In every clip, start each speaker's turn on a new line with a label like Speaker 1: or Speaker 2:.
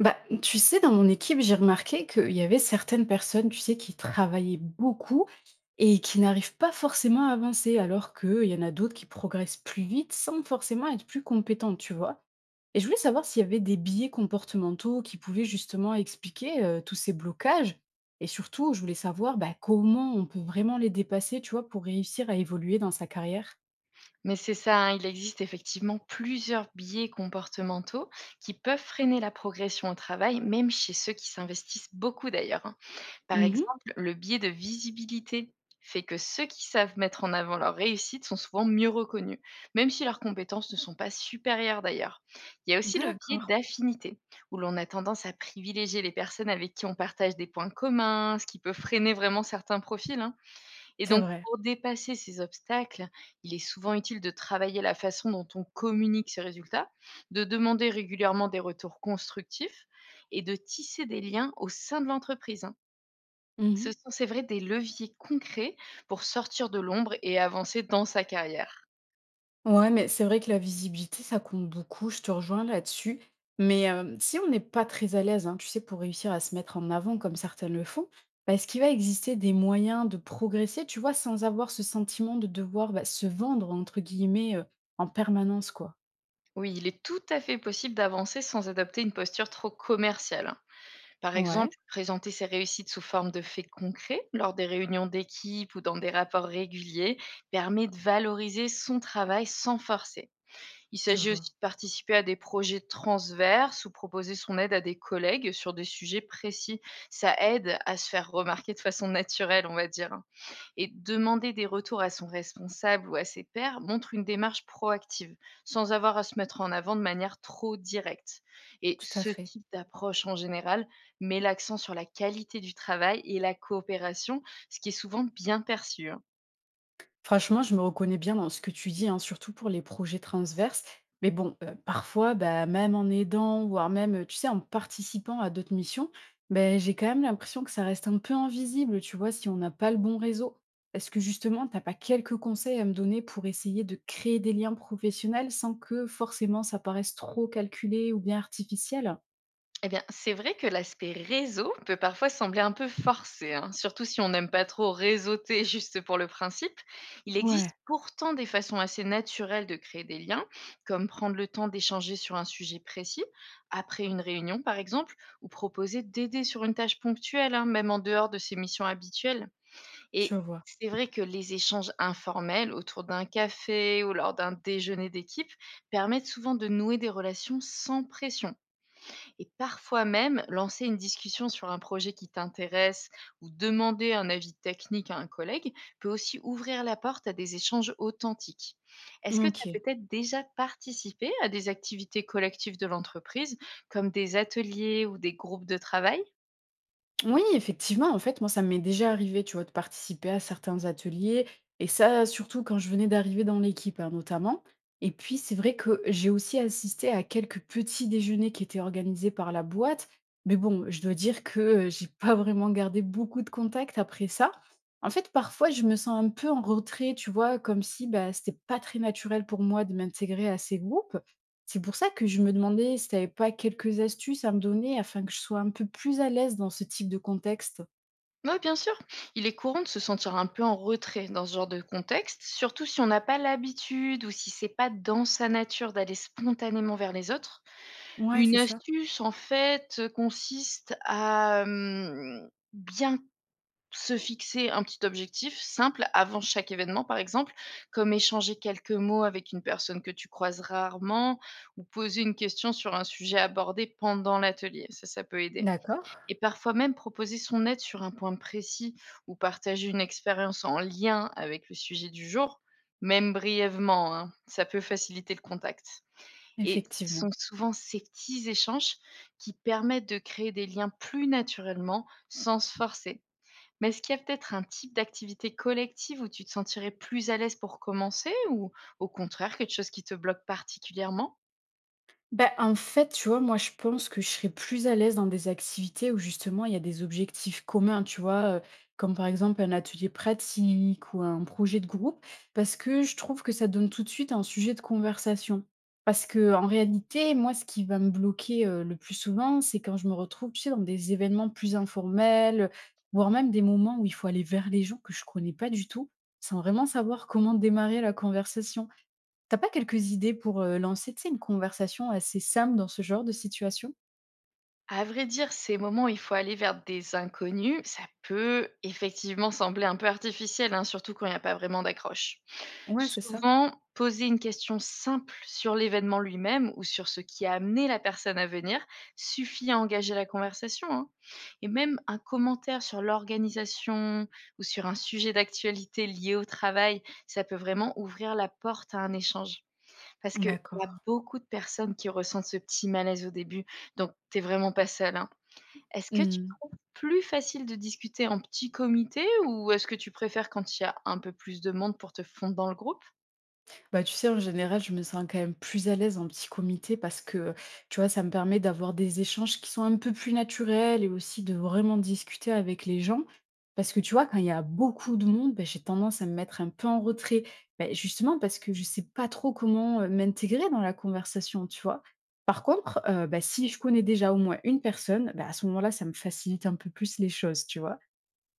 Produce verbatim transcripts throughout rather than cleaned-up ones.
Speaker 1: Bah, tu sais, dans mon équipe, j'ai remarqué qu'il y avait certaines personnes, tu sais, qui travaillaient beaucoup et qui n'arrivent pas forcément à avancer, alors qu'il y en a d'autres qui progressent plus vite sans forcément être plus compétentes, tu vois. Et je voulais savoir s'il y avait des biais comportementaux qui pouvaient justement expliquer euh, tous ces blocages. Et surtout, je voulais savoir bah, comment on peut vraiment les dépasser, tu vois, pour réussir à évoluer dans sa carrière.
Speaker 2: Mais c'est ça, hein, il existe effectivement plusieurs biais comportementaux qui peuvent freiner la progression au travail, même chez ceux qui s'investissent beaucoup d'ailleurs, hein. Par
Speaker 1: Mhm.
Speaker 2: exemple, le biais de visibilité fait que ceux qui savent mettre en avant leur réussite sont souvent mieux reconnus, même si leurs compétences ne sont pas supérieures d'ailleurs. Il y a aussi le biais
Speaker 1: D'accord,
Speaker 2: d'affinité, où l'on a tendance à privilégier les personnes avec qui on partage des points communs, ce qui peut freiner vraiment certains profils, hein. Et
Speaker 1: c'est
Speaker 2: donc
Speaker 1: vrai.
Speaker 2: pour dépasser ces obstacles, il est souvent utile de travailler la façon dont on communique ses résultats, de demander régulièrement des retours constructifs et de tisser des liens au sein de l'entreprise, hein. Ce sont, c'est vrai, des leviers concrets pour sortir de l'ombre et avancer dans sa carrière.
Speaker 1: Ouais, mais c'est vrai que la visibilité, ça compte beaucoup, je te rejoins là-dessus. Mais euh, si on n'est pas très à l'aise, hein, tu sais, pour réussir à se mettre en avant comme certaines le font, bah, est-ce qu'il va exister des moyens de progresser, tu vois, sans avoir ce sentiment de devoir bah, se vendre, entre guillemets, euh, en permanence, quoi?
Speaker 2: Oui, il est tout à fait possible d'avancer sans adopter une posture trop commerciale, hein. Par
Speaker 1: Ouais,
Speaker 2: exemple, présenter ses réussites sous forme de faits concrets lors des réunions d'équipe ou dans des rapports réguliers permet de valoriser son travail sans forcer. Il
Speaker 1: je
Speaker 2: s'agit
Speaker 1: vois,
Speaker 2: aussi de participer à des projets transverses ou proposer son aide à des collègues sur des sujets précis. Ça aide à se faire remarquer de façon naturelle, on va dire, hein, et demander des retours à son responsable ou à ses pairs montre une démarche proactive, sans avoir à se mettre en avant de manière trop directe. Et
Speaker 1: tout à
Speaker 2: ce
Speaker 1: fait.
Speaker 2: type d'approche en général met l'accent sur la qualité du travail et la coopération, ce qui est souvent bien perçu, hein.
Speaker 1: Franchement, je me reconnais bien dans ce que tu dis, hein, surtout pour les projets transverses. Mais bon, heu, parfois, bah, même en aidant, voire même, heu, tu sais, en participant à d'autres missions, ben j'ai quand même l'impression que ça reste un peu invisible, tu vois, si on n'a pas le bon réseau. Est-ce que justement, t'as pas quelques conseils à me donner pour essayer de créer des liens professionnels sans que forcément ça paraisse trop calculé ou bien artificiel?
Speaker 2: Eh bien, c'est vrai que l'aspect réseau peut parfois sembler un peu forcé, hein, surtout si on n'aime pas trop réseauter juste pour le principe. Il
Speaker 1: Ouais,
Speaker 2: existe pourtant des façons assez naturelles de créer des liens, comme prendre le temps d'échanger sur un sujet précis, après une réunion par exemple, ou proposer d'aider sur une tâche ponctuelle, hein, même en dehors de ses missions habituelles.
Speaker 1: tu
Speaker 2: Et
Speaker 1: vois.
Speaker 2: c'est vrai que les échanges informels autour d'un café ou lors d'un déjeuner d'équipe permettent souvent de nouer des relations sans pression. Et parfois même, lancer une discussion sur un projet qui t'intéresse ou demander un avis technique à un collègue peut aussi ouvrir la porte à des échanges authentiques. Est-ce que tu as
Speaker 1: OK.
Speaker 2: peut-être déjà participé à des activités collectives de l'entreprise, comme des ateliers ou des groupes de travail?
Speaker 1: Oui, effectivement, en fait, moi, ça m'est déjà arrivé, tu vois, de participer à certains ateliers et ça, surtout quand je venais d'arriver dans l'équipe, hein, notamment. Et puis, c'est vrai que j'ai aussi assisté à quelques petits déjeuners qui étaient organisés par la boîte. Mais bon, je dois dire que euh, j'ai pas vraiment gardé beaucoup de contact après ça. En fait, parfois, je me sens un peu en retrait, tu vois, comme si bah, c'était pas très naturel pour moi de m'intégrer à ces groupes. C'est pour ça que je me demandais si tu avais pas quelques astuces à me donner afin que je sois un peu plus à l'aise dans ce type de contexte.
Speaker 2: Oui, bien sûr. Il est courant de se sentir un peu en retrait dans ce genre de contexte, surtout si on n'a pas l'habitude ou si c'est pas dans sa nature d'aller spontanément vers les autres.
Speaker 1: Ouais,
Speaker 2: Une
Speaker 1: c'est ça.
Speaker 2: astuce en fait, consiste à, hem, bien se fixer un petit objectif simple avant chaque événement, par exemple, comme échanger quelques mots avec une personne que tu croises rarement ou poser une question sur un sujet abordé pendant l'atelier. Ça, ça peut aider,
Speaker 1: D'accord,
Speaker 2: et parfois même proposer son aide sur un point précis ou partager une expérience en lien avec le sujet du jour, même brièvement, hein, ça peut faciliter le contact. Et ce
Speaker 1: effectivement.
Speaker 2: sont souvent ces petits échanges qui permettent de créer des liens plus naturellement, sans se forcer. Mais est-ce qu'il y a peut-être un type d'activité collective où tu te sentirais plus à l'aise pour commencer ou au contraire quelque chose qui te bloque particulièrement?
Speaker 1: Ben en fait, tu vois, moi, je pense que je serais plus à l'aise dans des activités où justement il y a des objectifs communs, tu vois, euh, comme par exemple un atelier pratique ou un projet de groupe, parce que je trouve que ça donne tout de suite un sujet de conversation. Parce que en réalité, moi, ce qui va me bloquer euh, le plus souvent, c'est quand je me retrouve, tu sais, dans des événements plus informels, voire même des moments où il faut aller vers les gens que je connais pas du tout, sans vraiment savoir comment démarrer la conversation. T'as pas quelques idées pour, heu, lancer, tu sais, une conversation assez simple dans ce genre de situation?
Speaker 2: À vrai dire, ces moments où il faut aller vers des inconnus, ça peut effectivement sembler un peu artificiel, hein, surtout quand il n'y a pas vraiment d'accroche.
Speaker 1: Ouais, c'est ça.
Speaker 2: Souvent, poser une question simple sur l'événement lui-même ou sur ce qui a amené la personne à venir suffit à engager la conversation, hein. Et même un commentaire sur l'organisation ou sur un sujet d'actualité lié au travail, ça peut vraiment ouvrir la porte à un échange. Parce qu'il
Speaker 1: D'accord.
Speaker 2: y a beaucoup de personnes qui ressentent ce petit malaise au début, donc t'es vraiment pas seule, hein. Est-ce que tu
Speaker 1: Mmh.
Speaker 2: trouves plus facile de discuter en petit comité ou est-ce que tu préfères quand il y a un peu plus de monde pour te fondre dans le groupe?
Speaker 1: Bah, tu sais, en général, je me sens quand même plus à l'aise en petit comité parce que, tu vois, ça me permet d'avoir des échanges qui sont un peu plus naturels et aussi de vraiment discuter avec les gens. Parce que, tu vois, quand il y a beaucoup de monde, bah, j'ai tendance à me mettre un peu en retrait. Bah, justement parce que je sais pas trop comment euh, m'intégrer dans la conversation, tu vois. Par contre, euh, bah, si je connais déjà au moins une personne, bah, à ce moment-là, ça me facilite un peu plus les choses, tu vois.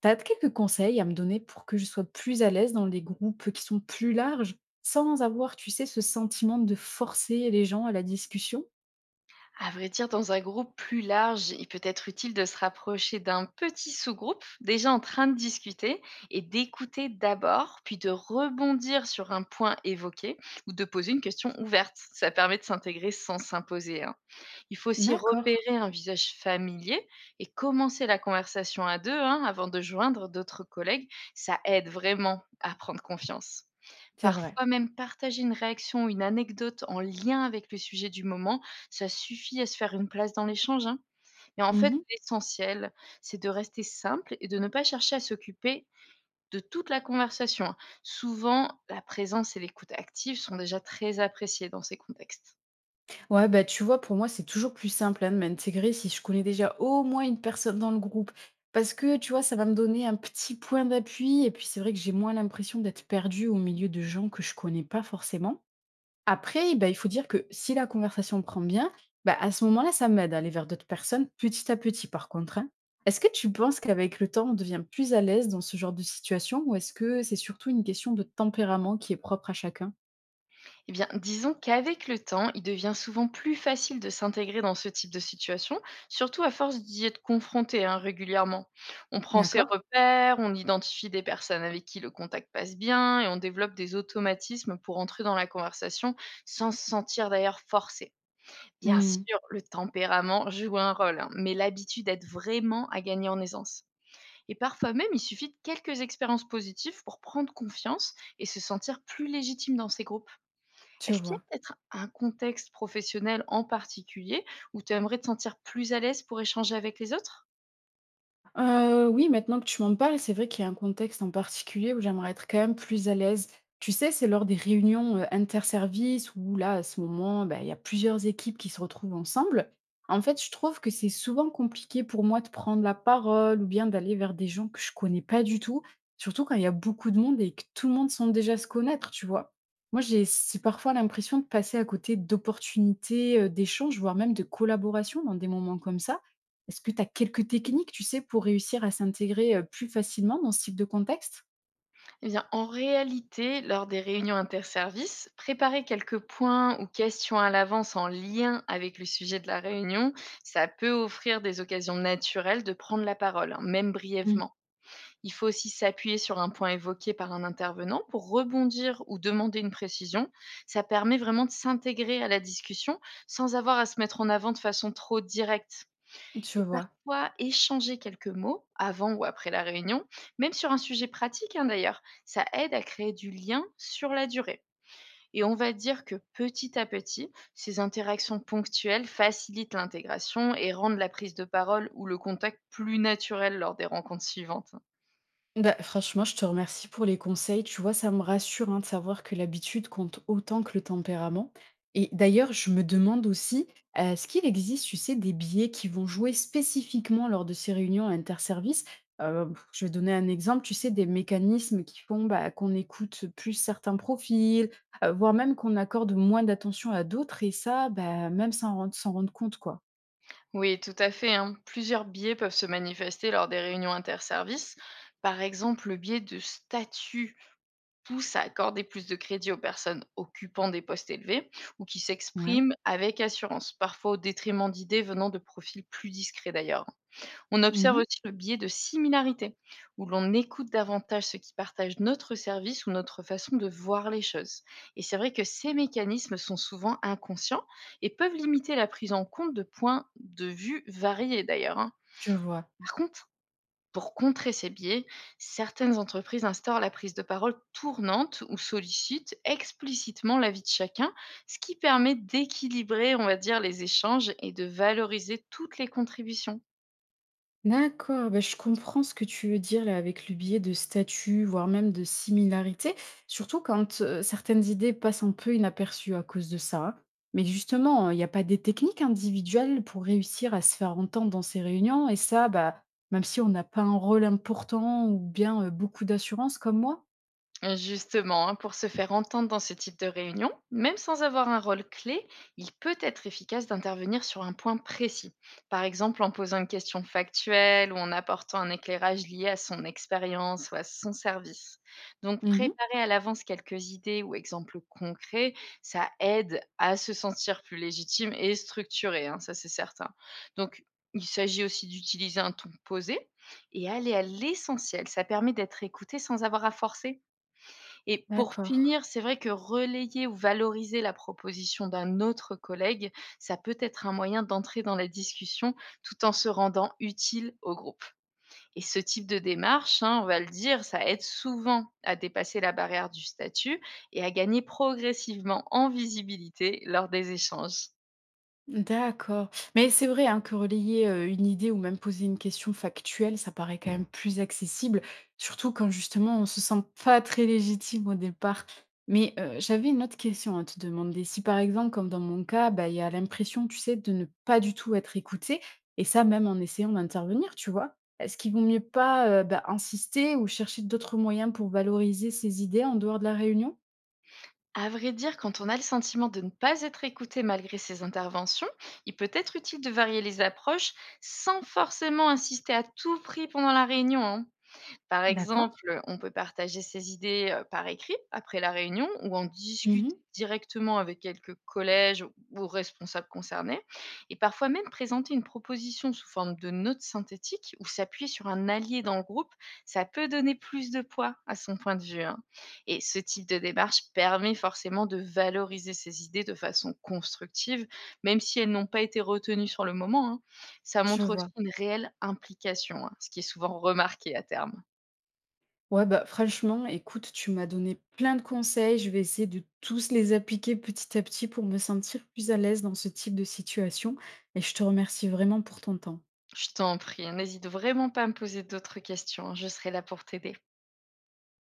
Speaker 1: T'as quelques conseils à me donner pour que je sois plus à l'aise dans les groupes qui sont plus larges, sans avoir, tu sais, ce sentiment de forcer les gens à la discussion?
Speaker 2: À vrai dire, dans un groupe plus large, il peut être utile de se rapprocher d'un petit sous-groupe déjà en train de discuter et d'écouter d'abord, puis de rebondir sur un point évoqué ou de poser une question ouverte. Ça permet de s'intégrer sans s'imposer, hein. Il faut aussi
Speaker 1: D'accord.
Speaker 2: repérer un visage familier et commencer la conversation à deux, hein, avant de joindre d'autres collègues. Ça aide vraiment à prendre confiance.
Speaker 1: C'est vrai.
Speaker 2: Parfois même partager une réaction ou une anecdote en lien avec le sujet du moment, ça suffit à se faire une place dans l'échange, hein. Mais en fait,
Speaker 1: Mhm.
Speaker 2: l'essentiel, c'est de rester simple et de ne pas chercher à s'occuper de toute la conversation, hein. Souvent, la présence et l'écoute active sont déjà très appréciées dans ces contextes.
Speaker 1: Ouais, bah tu vois, pour moi, c'est toujours plus simple hein, de m'intégrer si je connais déjà au moins une personne dans le groupe. Parce que, tu vois, ça va me donner un petit point d'appui. Et puis, c'est vrai que j'ai moins l'impression d'être perdue au milieu de gens que je connais pas forcément. Après, bah, il faut dire que si la conversation prend bien, bah, à ce moment-là, ça m'aide à aller vers d'autres personnes petit à petit par contre, hein. Est-ce que tu penses qu'avec le temps, on devient plus à l'aise dans ce genre de situation ou est-ce que c'est surtout une question de tempérament qui est propre à chacun?
Speaker 2: Eh bien, disons qu'avec le temps, il devient souvent plus facile de s'intégrer dans ce type de situation, surtout à force d'y être confronté, hein, régulièrement. On prend ses
Speaker 1: D'accord.
Speaker 2: repères, on identifie des personnes avec qui le contact passe bien et on développe des automatismes pour entrer dans la conversation sans se sentir d'ailleurs forcé. Bien
Speaker 1: Mmh,
Speaker 2: sûr, le tempérament joue un rôle, hein, mais l'habitude aide vraiment à gagner en aisance. Et parfois même, il suffit de quelques expériences positives pour prendre confiance et se sentir plus légitime dans ces groupes.
Speaker 1: je
Speaker 2: Est-ce qu'il y
Speaker 1: vois.
Speaker 2: a peut-être un contexte professionnel en particulier où tu aimerais te sentir plus à l'aise pour échanger avec les autres?
Speaker 1: Heu, oui, maintenant que tu m'en parles, c'est vrai qu'il y a un contexte en particulier où j'aimerais être quand même plus à l'aise. Tu sais, c'est lors des réunions, heu, interservices où là, à ce moment, bah, il y a plusieurs équipes qui se retrouvent ensemble. En fait, je trouve que c'est souvent compliqué pour moi de prendre la parole ou bien d'aller vers des gens que je connais pas du tout, surtout quand il y a beaucoup de monde et que tout le monde semble déjà se connaître, tu vois? Moi, j'ai c'est parfois l'impression de passer à côté d'opportunités, heu, d'échanges, voire même de collaboration dans des moments comme ça. Est-ce que tu as quelques techniques, tu sais, pour réussir à s'intégrer, heu, plus facilement dans ce type de contexte?
Speaker 2: Eh bien, en réalité, lors des réunions interservices, préparer quelques points ou questions à l'avance en lien avec le sujet de la réunion, ça peut offrir des occasions naturelles de prendre la parole, hein, même
Speaker 1: Mmh.
Speaker 2: brièvement. Il faut aussi s'appuyer sur un point évoqué par un intervenant pour rebondir ou demander une précision. Ça permet vraiment de s'intégrer à la discussion sans avoir à se mettre en avant de façon trop directe.
Speaker 1: Je
Speaker 2: Et
Speaker 1: vois.
Speaker 2: parfois, échanger quelques mots, avant ou après la réunion, même sur un sujet pratique, hein, d'ailleurs, ça aide à créer du lien sur la durée. Et on va dire que petit à petit, ces interactions ponctuelles facilitent l'intégration et rendent la prise de parole ou le contact plus naturel lors des rencontres suivantes.
Speaker 1: Bah, franchement, je te remercie pour les conseils. Tu vois, ça me rassure hein, de savoir que l'habitude compte autant que le tempérament. Et d'ailleurs, je me demande aussi, euh, est-ce qu'il existe, tu sais, des billets qui vont jouer spécifiquement lors de ces réunions interservices. Euh, Je vais donner un exemple, tu sais, des mécanismes qui font bah, qu'on écoute plus certains profils, euh, voire même qu'on accorde moins d'attention à d'autres, et ça, bah, même sans rendre- s'en rendre compte, quoi.
Speaker 2: Oui, tout à fait, hein. Plusieurs biais peuvent se manifester lors des réunions interservices. Par exemple, le biais de statut pousse à accorder plus de crédit aux personnes occupant des postes élevés ou qui
Speaker 1: Ouais.
Speaker 2: s'expriment avec assurance, parfois au détriment d'idées venant de profils plus discrets d'ailleurs. On observe
Speaker 1: Mhm,
Speaker 2: aussi le biais de similarité, où l'on écoute davantage ceux qui partagent notre service ou notre façon de voir les choses. Et c'est vrai que ces mécanismes sont souvent inconscients et peuvent limiter la prise en compte de points de vue variés d'ailleurs, hein.
Speaker 1: je vois.
Speaker 2: Par contre, pour contrer ces biais, certaines entreprises instaurent la prise de parole tournante ou sollicitent explicitement l'avis de chacun, ce qui permet d'équilibrer, on va dire, les échanges et de valoriser toutes les contributions.
Speaker 1: D'accord, bah, je comprends ce que tu veux dire là avec le biais de statut, voire même de similarité, surtout quand euh, certaines idées passent un peu inaperçues à cause de ça, hein. Mais justement, il n'y a pas des techniques individuelles pour réussir à se faire entendre dans ces réunions, et ça, bah, même si on n'a pas un rôle important ou bien euh, beaucoup d'assurance comme moi.
Speaker 2: Justement, hein, pour se faire entendre dans ce type de réunion, même sans avoir un rôle clé, il peut être efficace d'intervenir sur un point précis. Par exemple, en posant une question factuelle ou en apportant un éclairage lié à son expérience ou à son service. Donc,
Speaker 1: Mhm,
Speaker 2: préparer à l'avance quelques idées ou exemples concrets, ça aide à se sentir plus légitime et structuré, hein, ça c'est certain. Donc, il s'agit aussi d'utiliser un ton posé et aller à l'essentiel. Ça permet d'être écouté sans avoir à forcer. Et pour
Speaker 1: d'accord.
Speaker 2: finir, c'est vrai que relayer ou valoriser la proposition d'un autre collègue, ça peut être un moyen d'entrer dans la discussion tout en se rendant utile au groupe. Et ce type de démarche, hein, on va le dire, ça aide souvent à dépasser la barrière du statut et à gagner progressivement en visibilité lors des échanges.
Speaker 1: D'accord. Mais c'est vrai hein, que relayer euh, une idée ou même poser une question factuelle, ça paraît quand même plus accessible, surtout quand justement on se sent pas très légitime au départ. Mais euh, j'avais une autre question à te demander. Si par exemple, comme dans mon cas, bah, il y a l'impression, tu sais, de ne pas du tout être écouté, et ça même en essayant d'intervenir, tu vois, est-ce qu'il vaut mieux pas euh, bah, insister ou chercher d'autres moyens pour valoriser ses idées en dehors de la réunion?
Speaker 2: À vrai dire, quand on a le sentiment de ne pas être écouté malgré ses interventions, il peut être utile de varier les approches sans forcément insister à tout prix pendant la réunion, hein. Par
Speaker 1: D'accord.
Speaker 2: exemple, on peut partager ses idées, heu, par écrit après la réunion ou en discuter
Speaker 1: Mhm.
Speaker 2: directement avec quelques collèges ou ou responsables concernés et parfois même présenter une proposition sous forme de note synthétique ou s'appuyer sur un allié dans le groupe, ça peut donner plus de poids à son point de vue, hein, et ce type de démarche permet forcément de valoriser ses idées de façon constructive, même si elles n'ont pas été retenues sur le moment, hein. Ça
Speaker 1: Je
Speaker 2: montre aussi
Speaker 1: vois.
Speaker 2: une réelle implication, hein, ce qui est souvent remarqué à terme.
Speaker 1: Ouais, bah, franchement, écoute, tu m'as donné plein de conseils. Je vais essayer de tous les appliquer petit à petit pour me sentir plus à l'aise dans ce type de situation. Et je te remercie vraiment pour ton temps.
Speaker 2: Je t'en prie, n'hésite vraiment pas à me poser d'autres questions, je serai là pour t'aider.